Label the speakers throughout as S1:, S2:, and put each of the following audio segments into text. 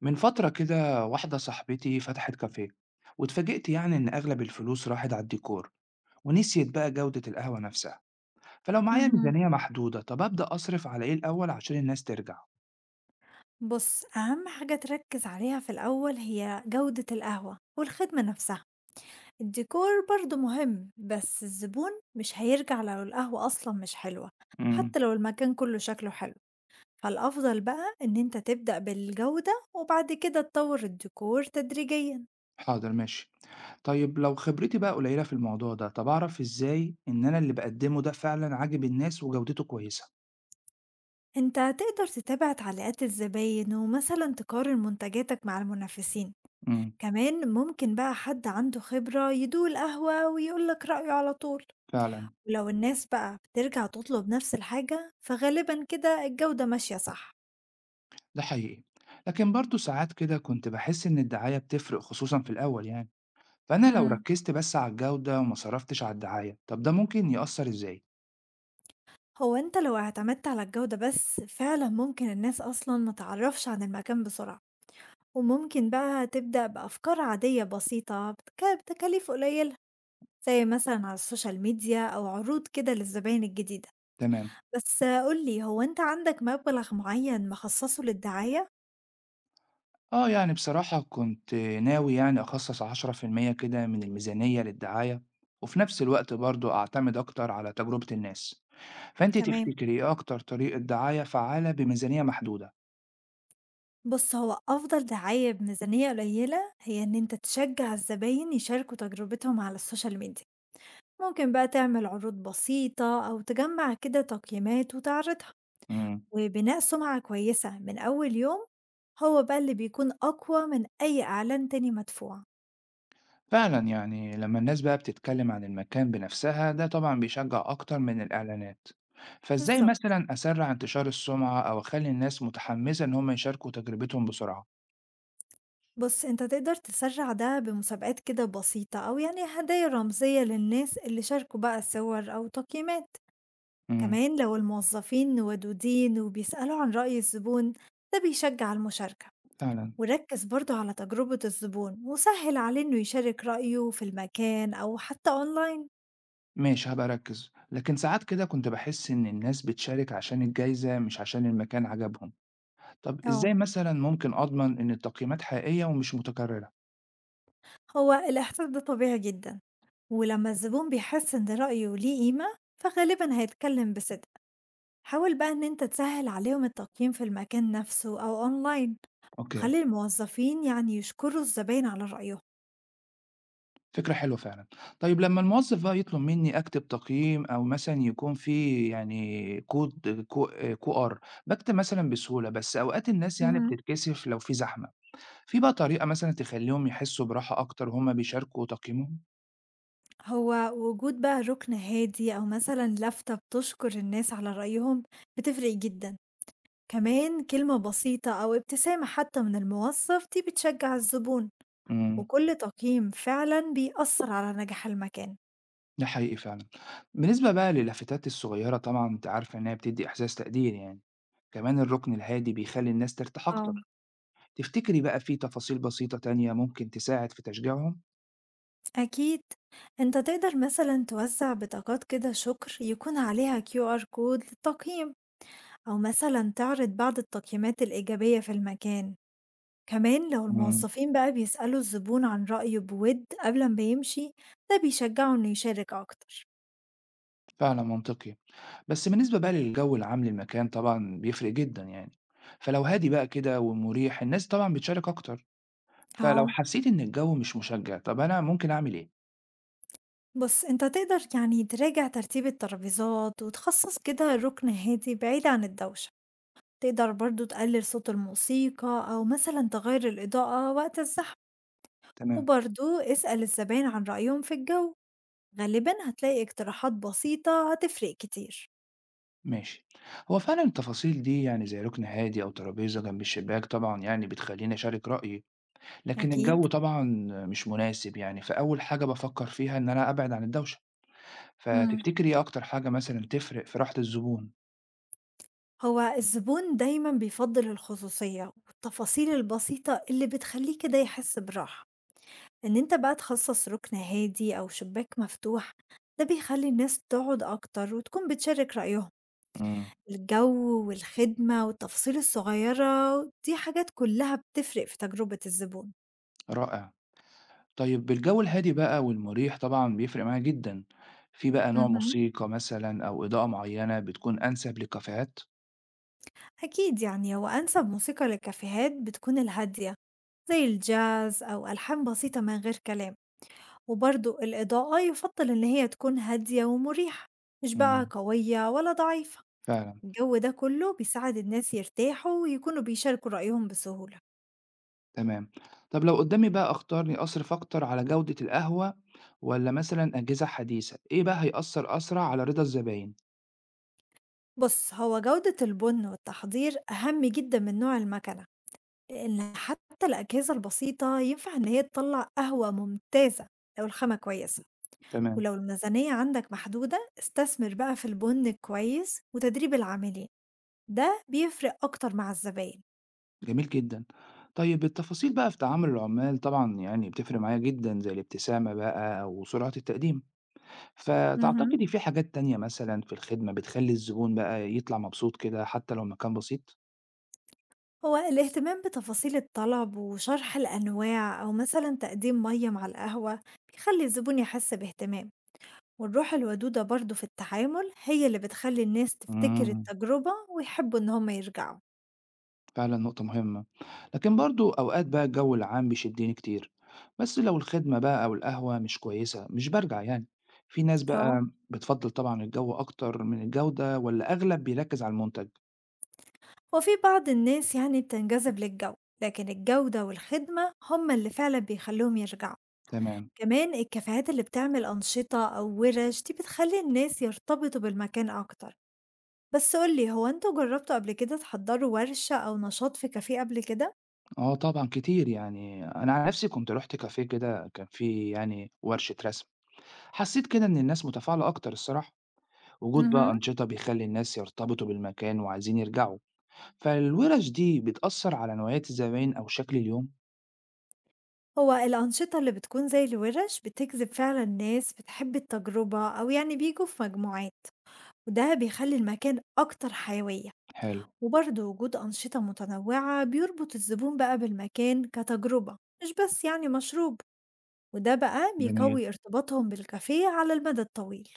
S1: من فترة كده واحدة صاحبتي فتحت كافيه واتفاجئت يعني إن أغلب الفلوس راحت على الديكور ونسيت بقى جودة القهوة نفسها. فلو معايا
S2: اهم.
S1: ميزانية محدودة طب أبدأ أصرف على إيه الأول عشان الناس ترجع؟
S2: بُص، أهم حاجة تركّز عليها في الأول هي جودة القهوة والخدمة نفسها، الديكور برضه مهم، بس الزبون مش هيرجع لو القهوة أصلًا مش حلوة،
S1: امم.
S2: حتى لو المكان كله شكله حلو، فالأفضل بقى إن أنت تبدأ بالجودة وبعد كده تطوّر الديكور تدريجيًا.
S1: حاضر ماشي. طيب لو خبرتي بقى قليلة في الموضوع ده طب أعرف إزاي إن أنا اللي بقدمه ده فعلا عاجب الناس وجودته كويسة؟
S2: أنت هتقدر تتابع تعليقات الزباين ومثلًا تقارن منتجاتك مع المنافسين،
S1: امم.
S2: كمان ممكن بقى حد عنده خبرة يدوق القهوة ويقول لك رأيه على طول.
S1: فعلا.
S2: ولو الناس بقى بترجع تطلب نفس الحاجة فغالبا كده الجودة ماشية صح.
S1: ده حقيقي، لكن برضو ساعات كده كنت بحس إن الدعاية بتفرق خصوصا في الأول يعني، فأنا لو
S2: امم
S1: ركزت بس على الجودة وما صرفتش على الدعاية طب ده ممكن يأثر إزاي؟
S2: هو انت لو اعتمدت على الجودة بس فعلا ممكن الناس اصلا ما تعرفش عن المكان بسرعة، وممكن بقى تبدأ بأفكار عادية بسيطة بتكاليف قليلة، زي مثلا على السوشيال ميديا أو عروض كده للزباين الجديدة.
S1: تمام.
S2: بس قولي، هو انت عندك مبلغ معين مخصصه للدعاية؟
S1: آه يعني بصراحة كنت ناوي يعني أخصص 10% كده من الميزانية للدعاية، وفي نفس الوقت برضو أعتمد أكتر على تجربة الناس. فأنت
S2: تمام.
S1: تفتكري إيه أكتر طريقة دعاية فعالة بميزانية محدودة؟
S2: بُص، هو أفضل دعاية بميزانية قليلة هي إن أنت تشجّع الزباين يشاركوا تجربتهم على السوشيال ميديا، ممكن بقى تعمل عروض بسيطة أو تجمّع كده تقييمات وتعرضها،
S1: مم.
S2: وبناء سمعة كويسة من أول يوم هو بقى اللي بيكون أقوى من أي إعلان تاني مدفوع.
S1: فعلا يعني لما الناس بقى بتتكلم عن المكان بنفسها ده طبعا بيشجع أكتر من الإعلانات. فإزاي
S2: بالضبط.
S1: مثلا أسرع انتشار السمعة أو أخلي الناس متحمسة إن هم يشاركوا تجربتهم بسرعة؟
S2: بُص، أنت تقدر تسرّع ده بمسابقات كده بسيطة أو هدايا رمزية للناس اللي شاركوا بقى صور أو تقييمات.
S1: إمم.
S2: كمان لو الموظفين ودودين وبيسألوا عن رأي الزبون، ده بيشجع المشاركة.
S1: فعلًا.
S2: وركز برضه على تجربة الزبون وسهل عليه إنه يشارك رأيه في المكان أو حتى أونلاين.
S1: ماشي هابقى أركّز، لكن ساعات كده كنت باحس إن الناس بتشارك عشان الجايزة مش عشان المكان عجبهم. طب إزاي
S2: اه،
S1: مثلًا ممكن أضمن إن التقييمات حقيقية ومش متكررة؟
S2: هو الإحساس ده طبيعي جدا، ولما الزبون بيحس إن رأيه ليه قيمة فغالبا هيتكلم بصدق. حاول بقى إن أنت تسهل عليهم التقييم في المكان نفسه أو أونلاين،
S1: أوكي.
S2: وخلي الموظفين يشكروا الزباين على رأيهم.
S1: فكرة حلوة فعلًا. طيب لمّا الموظف بقى يطلب مني أكتب تقييم أو مثلًا يكون في يعني كود QR باكتب مثلًا بسهولة، بس أوقات الناس يعني
S2: مهم.
S1: بتتكسف لو في زحمة. في بقى طريقة مثلًا تخلّيهم يحسوا براحة أكتر وهُم بيشاركوا تقييمهم؟
S2: هو وجود بقى رُكن هادي أو مثلًا لفتة بتشكر الناس على رأيهم بتفرق جدًا، كمان كلمة بسيطة أو ابتسامة حتى من الموظف دي بتشجع الزبون،
S1: إمم.
S2: وكل تقييم فعلًا بيأثر على نجاح المكان.
S1: ده حقيقي فعلًا. بالنسبة بقى للافتات الصغيّرة طبعًا أنتِ عارفة إنها بتدّي إحساس تقدير يعني، كمان الرُكن الهادي بيخلّي الناس ترتاح
S2: آه.
S1: أكتر. تفتكري بقى في تفاصيل بسيطة تانية ممكن تساعد في تشجيعهم؟
S2: أكيد، أنت تقدر مثلًا توزع بطاقات كده شكر يكون عليها QR code للتقييم، أو مثلًا تعرض بعض التقييمات الإيجابية في المكان. كمان لو
S1: إمم.
S2: الموظفين بقى بيسألوا الزبون عن رأيه بود قبل ما يمشي، ده بيشجعه إنه يشارك أكتر.
S1: فعلًا منطقي. بس بالنسبة بقى للجو العام للمكان طبعًا بيفرق جدًا يعني، فلو هادي بقى كده ومريح الناس طبعًا بتشارك أكتر، فلو
S2: اه،
S1: حسيت إن الجو مش مشجّع، طَب أنا ممكن أعمل إيه؟
S2: بص، انت تقدر تراجع ترتيب الترابيزات وتخصص كده ركن هادي بعيد عن الدوشة. تقدر برضو تقلل صوت الموسيقى أو مثلا تغير الإضاءة وقت الزحمة.
S1: تمام.
S2: وبرضو اسأل الزبائن عن رأيهم في الجو، غالبا هتلاقي اقتراحات بسيطة هتفرق كتير.
S1: ماشي. هو فعلا التفاصيل دي يعني زي ركن هادي أو ترابيزة جنب الشباك طبعا يعني بتخليني أشارك رأيي، لكن
S2: أكيد.
S1: الجو طبعا مش مناسب يعني، فأول حاجة بفكر فيها إن أنا أبعد عن الدوشة.
S2: مم،
S1: فتفتكري إيه أكتر حاجة مثلا تفرق في راحة الزبون؟
S2: هو الزبون دايما بيفضل الخصوصية والتفاصيل البسيطة اللي بتخليه كده يحس براحة، إن أنت بقى تخصص ركن هادي أو شباك مفتوح، ده بيخلي الناس تقعد أكتر وتكون بتشارك رأيهم.
S1: امم.
S2: الجو والخدمة والتفاصيل الصغيرة دي حاجات كلها بتفرق في تجربة الزبون.
S1: رائع. طيب الجو الهادي بقى والمريح طبعا بيفرق معايا جدا، في بقى نوع
S2: مهم.
S1: موسيقى مثلا أو إضاءة معينة بتكون أنسب للكافيهات؟
S2: أكيد، هو أنسب موسيقى للكافيهات بتكون الهادية، زي الجاز أو ألحان بسيطة من غير كلام. وبرضه الإضاءة يُفضّل إن هي تكون هادية ومُريحة، مش بقى
S1: امم.
S2: قوية ولا ضعيفة،
S1: فعلا.
S2: الجو ده كُلّه بيساعد الناس يرتاحوا ويكونوا بيشاركوا رأيهم بسهولة.
S1: تمام. طب لو قدامي بقى أختار إني أصرف أكتر على جودة القهوة والّا مثلًا أجهزة حديثة، إيه بقى هيأثّر أسرع على رضا الزباين؟
S2: بُص، هو جودة البُن والتحضير أهم جدًا من نوع المكنة، لإن حتى الأجهزة البسيطة ينفع إن هي تطلّع قهوة ممتازة لو الخامة كويسة،
S1: تمام.
S2: ولو الميزانية عندك محدودة استثمر بقى في البُن كويس وتدريب العاملين، ده بيفرق أكتر مع الزباين.
S1: جميل جدًا. طيب التفاصيل بقى في تعامل العمال طبعًا يعني بتفرق معايا جدًا زي الابتسامة بقى أو سرعة التقديم،
S2: اهم.
S1: فتعتقدي في حاجات تانية مثلًا في الخدمة بتخلّي الزبون بقى يطلع مبسوط كده حتى لو المكان بسيط؟
S2: هو الاهتمام بتفاصيل الطلب وشرح الأنواع أو مثلا تقديم مية مع القهوة بيخلي الزبون يحس باهتمام، والروح الودودة برضو في التعامل هي اللي بتخلي الناس تفتكر
S1: إمم.
S2: التجربة ويحبوا إن هم يرجعوا.
S1: فعلا نقطة مهمة، لكن برضو أوقات بقى الجو العام بيشدني كتير، بس لو الخدمة بقى أو القهوة مش كويسة مش برجع يعني. في ناس
S2: اه،
S1: بقى بتفضل طبعا الجو أكتر من الجودة ولا أغلب بيركز على المنتج؟
S2: وفي بعض الناس بتنجذب للجو، لكن الجودة والخدمة هم اللي فعلا بيخلوهم يرجعوا.
S1: تمام.
S2: كمان الكافيهات اللي بتعمل أنشطة أو ورش دي بتخلي الناس يرتبطوا بالمكان أكتر. بس قُل لي، هو أنتم جرّبتوا قبل كده تحضّروا ورشة أو نشاط في كافيه قبل كده؟
S1: اه طبعا كتير يعني، انا عن نفسي كنت رحت كافيه كده كان فيه يعني ورشة رسم، حسيت كده ان الناس متفاعلة اكتر الصراحة. وجود بقى
S2: اهم.
S1: أنشطة بيخلي الناس يرتبطوا بالمكان وعايزين يرجعوا. فالورش دي بتأثر على نوعية الزباين او شكل اليوم؟
S2: هو الأنشطة اللي بتكون زي الورش بتجذب فعلًا ناس بتحب التجربة أو بييجوا في مجموعات، وده بيخلّي المكان أكتر حيوية،
S1: حلو.
S2: وبرضه وجود أنشطة متنوعة بيربط الزبون بقى بالمكان كتجربة، مش بس مشروب، وده بقى
S1: جميل.
S2: بيقوي ارتباطهم بالكافيه على المدى الطويل.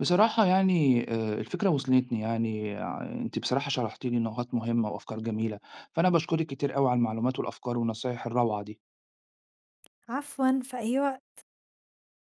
S1: بصراحة يعني الفكرة وصلتني، يعني أنتِ بصراحة شرحتِ لي نقاط مهمة وأفكار جميلة، فأنا باشكرِك كتير أوي على المعلومات والأفكار والنصايح الروعة دي.
S2: عفوًا، في أي وقت.